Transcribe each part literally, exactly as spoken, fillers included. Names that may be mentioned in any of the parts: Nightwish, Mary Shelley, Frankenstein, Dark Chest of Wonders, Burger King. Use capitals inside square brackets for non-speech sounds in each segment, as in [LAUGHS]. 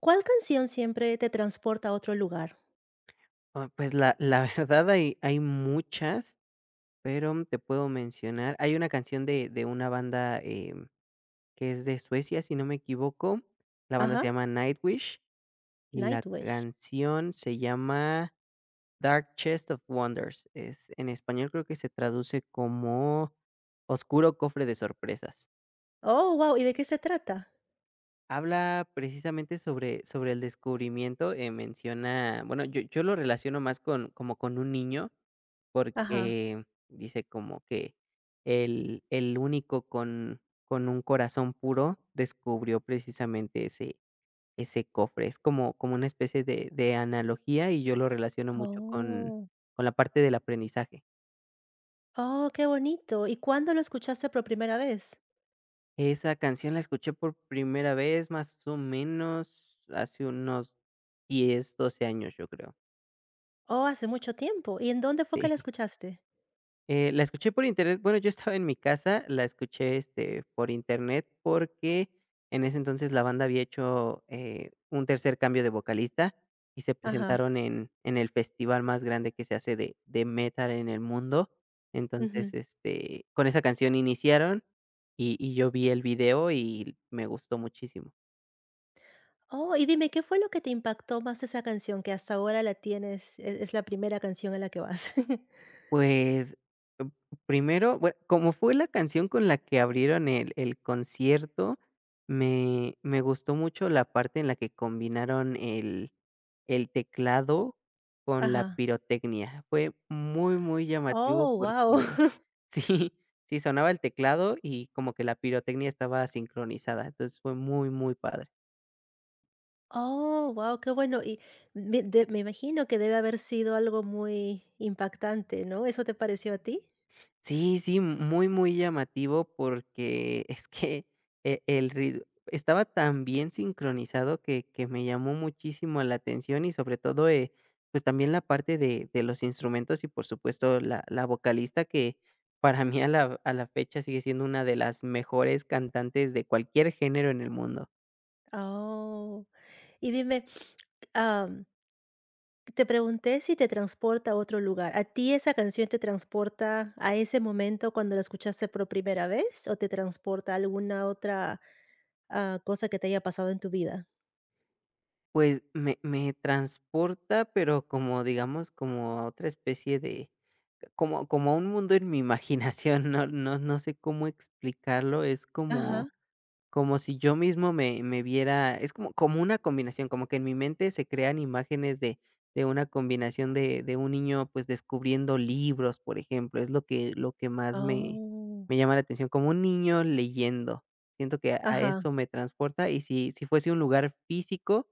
¿Cuál canción siempre te transporta a otro lugar? Ah, pues la la [LAUGHS] verdad hay hay muchas, pero te puedo mencionar hay una canción de de una banda, em, que es de Suecia, si no me equivoco. La banda se Ajá, llama Nightwish y la Nightwish. canción se llama Dark Chest of Wonders. Es en español, creo que se traduce como Oscuro Cofre de Sorpresas. Oh, wow. ¿Y de qué se trata? Habla precisamente sobre sobre el descubrimiento, eh, menciona, bueno, yo yo lo relaciono más con, como, con un niño, Ajá. porque dice como que el el único con con un corazón puro descubrió precisamente ese ese cofre. Es como como una especie de de analogía, y yo lo relaciono mucho con Oh. con la parte del aprendizaje. Oh, qué bonito. ¿Y cuándo lo escuchaste por primera vez? Esa canción la escuché por primera vez, más o menos, hace unos diez, doce años, yo creo. Oh, hace mucho tiempo. ¿Y en dónde fue que Sí. la escuchaste? Eh, la escuché por internet. Bueno, yo estaba en mi casa, la escuché, este, por internet porque en ese entonces la banda había hecho, eh, un tercer cambio de vocalista y se Ajá. presentaron en en el festival más grande que se hace de de metal en el mundo. Ujú. Entonces, este, con esa canción iniciaron y y yo vi el video y me gustó muchísimo. Oh, y dime, ¿qué fue lo que te impactó más esa canción que hasta ahora la tienes? Es, es la primera canción a la que vas. [LAUGHS] Pues, mm, primero, bue como fue la canción con la que abrieron el el concierto, me me gustó mucho la parte en la que combinaron el el teclado con la Ajá. pirotecnia. Fue muy, muy llamativo Oh, porque wow. [LAUGHS] [LAUGHS] sí, sí, sonaba el teclado y como que la pirotecnia estaba sincronizada, entonces fue muy, muy padre. Oh, wow, qué bueno. Y me de me imagino que debe haber sido algo muy impactante, ¿no? ¿Eso te pareció a ti? Sí, sí, muy, muy llamativo porque es que e el rid estaba tan bien sincronizado que que me llamó muchísimo la atención, y sobre todo, eh, pues también la parte de de los instrumentos y, por supuesto, la la vocalista, que para mí, a la a la fecha sigue siendo una de las mejores cantantes de cualquier género en el mundo. Oh. Y dime, am, te pregunté si te transporta a otro lugar. ¿A ti esa canción te transporta a ese momento cuando la escuchaste por primera vez o te transporta a alguna otra, ah, cosa que te haya pasado en tu vida? Pues me me transporta, pero, como digamos, como a otra especie de... Como como un mundo en mi imaginación. [LAUGHS] no no no sé cómo explicarlo. Es Ajá. como como si yo mismo me me viera. Es como como una combinación, como que en mi mente se crean imágenes de de una combinación de de un niño, pues, descubriendo libros, por ejemplo. Es lo que lo que más me Oh. me llama la atención, como un niño leyendo. Siento que a a Ajá. eso me transporta, y si si fuese un lugar físico,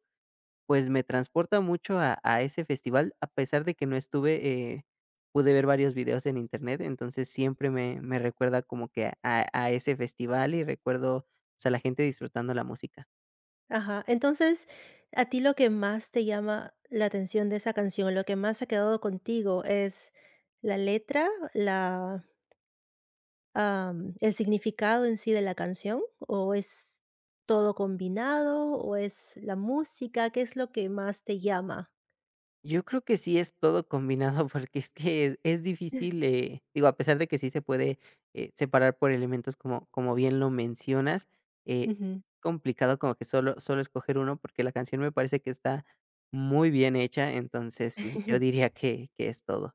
pues me transporta mucho a a ese festival. A pesar de que no estuve, eh, pude ver varios videos en Internet, entonces siempre me me recuerda como que a a ese festival, y recuerdo, pues, a la gente disfrutando la música. Ajá. Entonces, a ti lo que más te llama la atención de esa canción, lo que más ha quedado contigo, ¿es la letra, la am, el significado en sí de la canción, o es todo combinado, o es la música? ¿Qué es lo que más te llama? Yo creo que sí, es todo combinado, [LAUGHS] porque es que es es difícil, eh, digo, a pesar de que sí se puede, eh, separar por elementos, como como bien lo mencionas, eh, Ujú. complicado como que solo solo escoger uno, porque la canción me parece que está muy bien hecha. Entonces sí, yo [LAUGHS] diría que que es todo.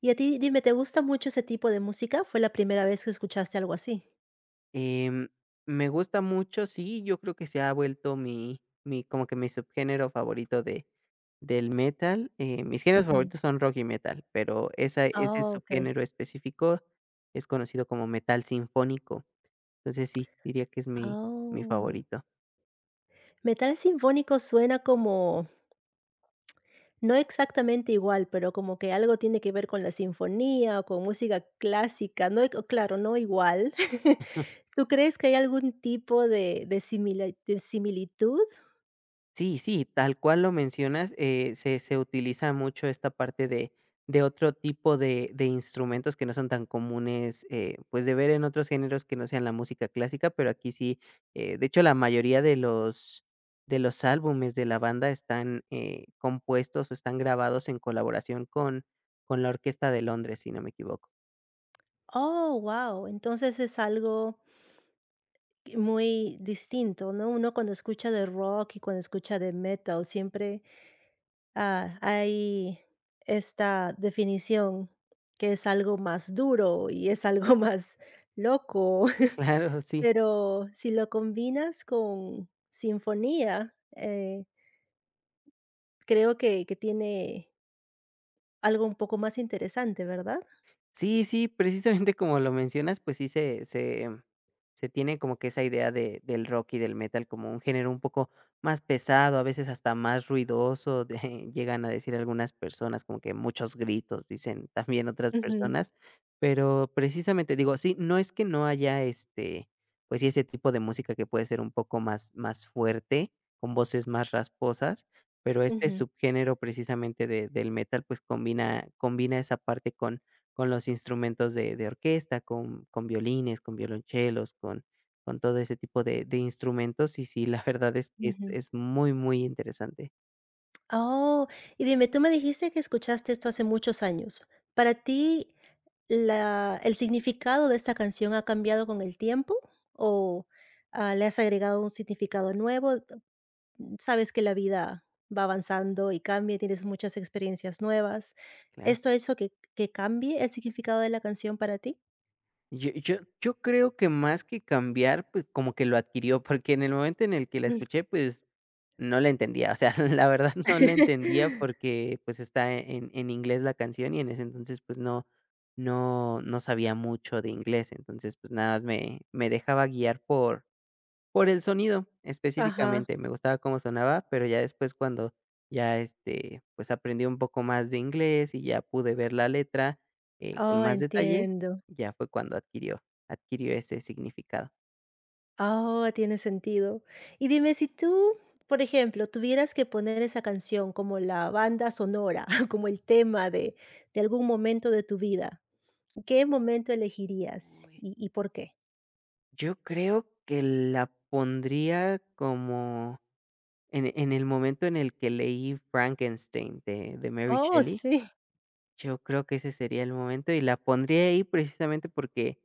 Y a ti, dime, ¿te gusta mucho ese tipo de música? ¿Fue la primera vez que escuchaste algo así? Em, Me gusta mucho, sí. Yo creo que se ha vuelto mi mi, como que mi subgénero favorito de del metal. Eh, mis géneros Ujú. favoritos son rock y metal, pero esa ese Ah, okey. subgénero específico es conocido como metal sinfónico. Entonces sí, diría que es mi mi Oh. favorito. Metal sinfónico suena como no exactamente igual, pero como que algo tiene que ver con la sinfonía o con música clásica, no, e- claro, no igual. [LAUGHS] ¿Tú crees que hay algún tipo de de simila de similitud? Sí, sí, tal cual lo mencionas, eh, se se utiliza mucho esta parte de de otro tipo de de instrumentos que no son tan comunes, eh, pues, de ver en otros géneros que no sean la música clásica, pero aquí sí. Eh, de hecho, la mayoría de los de los álbumes de la banda están, eh, compuestos, o están grabados en colaboración con con la Orquesta de Londres, si no me equivoco. Oh, wow, entonces es algo muy distinto, ¿no? Uno cuando escucha de rock y cuando escucha de metal siempre, ah, hay esta definición que es algo más duro y es algo [LAUGHS] más loco, [LAUGHS] [LAUGHS] Claro, sí. pero si lo combinas con sinfonía, eh, creo que que tiene algo un poco más interesante, ¿verdad? Sí, sí, precisamente como lo mencionas, pues sí, se se se tiene como que esa idea de del rock y del metal como un género un poco más pesado, a veces hasta más ruidoso, de [LAUGHS] llegan a decir algunas personas, como que muchos gritos, dicen también otras Ujú, personas. Pero precisamente, digo, sí, no es que no haya, este, pues sí, ese tipo de música que puede ser un poco más más fuerte, con voces más rasposas. Pero este ujú, subgénero, precisamente, de del metal, pues combina combina esa parte con con los instrumentos de de orquesta, con con violines, con violonchelos, con con todo ese tipo de de instrumentos. Y sí, la [LAUGHS] verdad es que es ujú. es muy, muy interesante, Oh, y dime, tú me dijiste que escuchaste esto hace muchos años. ¿Para ti la el significado de esta canción ha cambiado con el tiempo o, ah, le has agregado un significado nuevo? Sabes que la vida va avanzando y cambia, tienes muchas experiencias nuevas. claro. ¿Esto hizo que que cambie el significado de la canción para ti? Yo yo yo creo que más que cambiar, pues, como que lo adquirió, porque en el momento en el que la Mm. escuché, pues, no la entendía, o sea, [LAUGHS] la verdad, no la entendía [LAUGHS] porque, pues, está en en inglés la canción, y en ese entonces, pues, no no no sabía mucho de inglés. Entonces, pues, nada más me me dejaba guiar por Por el sonido, Ajá. específicamente. Me gustaba cómo sonaba, pero ya después, cuando ya, este, pues, aprendí un poco más de inglés y ya pude ver la letra, eh, con Oh, más detalle, entiendo. ya fue cuando adquirió adquirió ese significado. Oh, tiene sentido. Y dime, si tú, por ejemplo, tuvieras que poner esa canción como la banda sonora, [LAUGHS] como el tema de de algún momento de tu vida, ¿qué momento elegirías Uy, y y por qué? yo creo que la pondría como en en el momento en el que leí Frankenstein de de Mary Oh, Shelley. sí. Yo creo que ese sería el momento, y la pondría ahí precisamente porque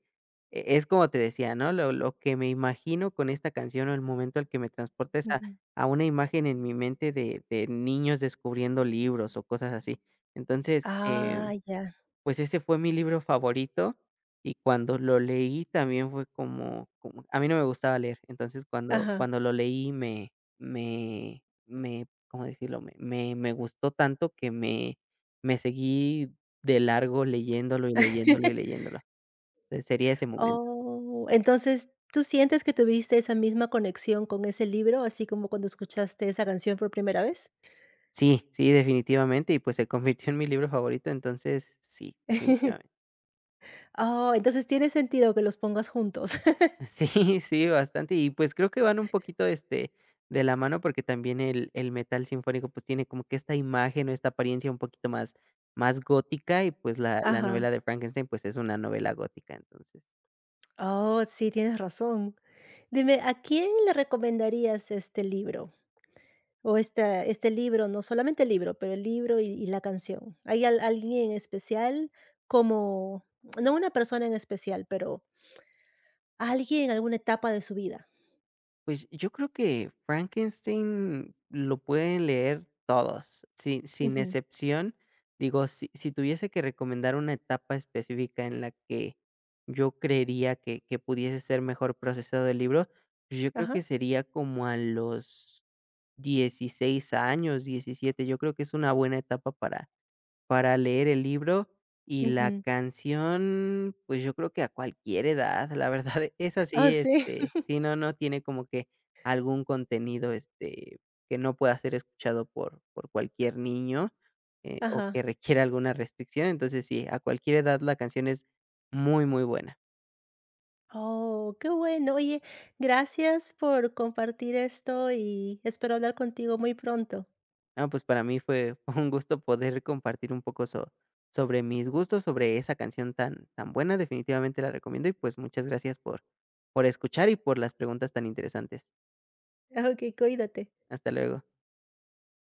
e es como te decía, ¿no? Lo lo que me imagino con esta canción, o el momento al que me transporta, es a Ujú. a una imagen en mi mente de de niños descubriendo libros o cosas así. Entonces, eh Ah, ya. pues, ese fue mi libro favorito, y cuando lo leí también fue como como a mí no me gustaba leer. Entonces, cuando Ajá. cuando lo leí, me me me, ¿cómo decirlo? Me me me gustó tanto que me me seguí de largo leyéndolo, y leyéndolo, y [LAUGHS] leyéndolo. Entonces, sería ese momento. Oh, entonces, ¿tú sientes que tuviste esa misma conexión con ese libro, así como cuando escuchaste esa canción por primera vez? Sí, sí, definitivamente, y pues se convirtió en mi libro favorito. Entonces sí, definitivamente. [LAUGHS] Oh, entonces tiene sentido que los pongas juntos. [LAUGHS] Sí, sí, bastante. Y pues creo que van un poquito, este, de la mano, porque también el, el, metal sinfónico pues tiene como que esta imagen o esta apariencia un poquito más, más gótica, y pues la, la Ajá. novela de Frankenstein pues es una novela gótica. Entonces... Oh, sí, tienes razón. Dime, ¿a quién le recomendarías este libro? O esta este libro, no solamente el libro, pero el libro y y la canción. ¿Hay al alguien en especial? Como no una persona en especial, pero alguien en alguna etapa de su vida. Pues yo creo que Frankenstein lo pueden leer todos, sin, sin, Ujú. excepción. Digo, si, si tuviese que recomendar una etapa específica en la que yo creería que, que pudiese ser mejor procesado el libro, pues yo creo Ajá. que sería como a los dieciséis años, diecisiete. Yo creo que es una buena etapa para para leer el libro. Y la Ujú. canción, pues, yo creo que a cualquier edad, la verdad, [LAUGHS] es así. Oh, sí. Este, si no, no tiene como que algún contenido, este, que no pueda ser escuchado por por cualquier niño, eh, o que Ajá. requiera alguna restricción. Entonces sí, a cualquier edad la canción es muy, muy buena. Oh, qué bueno. Oye, gracias por compartir esto y espero hablar contigo muy pronto. No, pues para mí fue [LAUGHS] un gusto poder compartir un poco, so sobre mis gustos, sobre esa canción tan tan buena. Definitivamente la recomiendo, y, pues, muchas gracias por por escuchar y por las preguntas tan interesantes. [LAUGHS] Ok, cuídate. Hasta luego.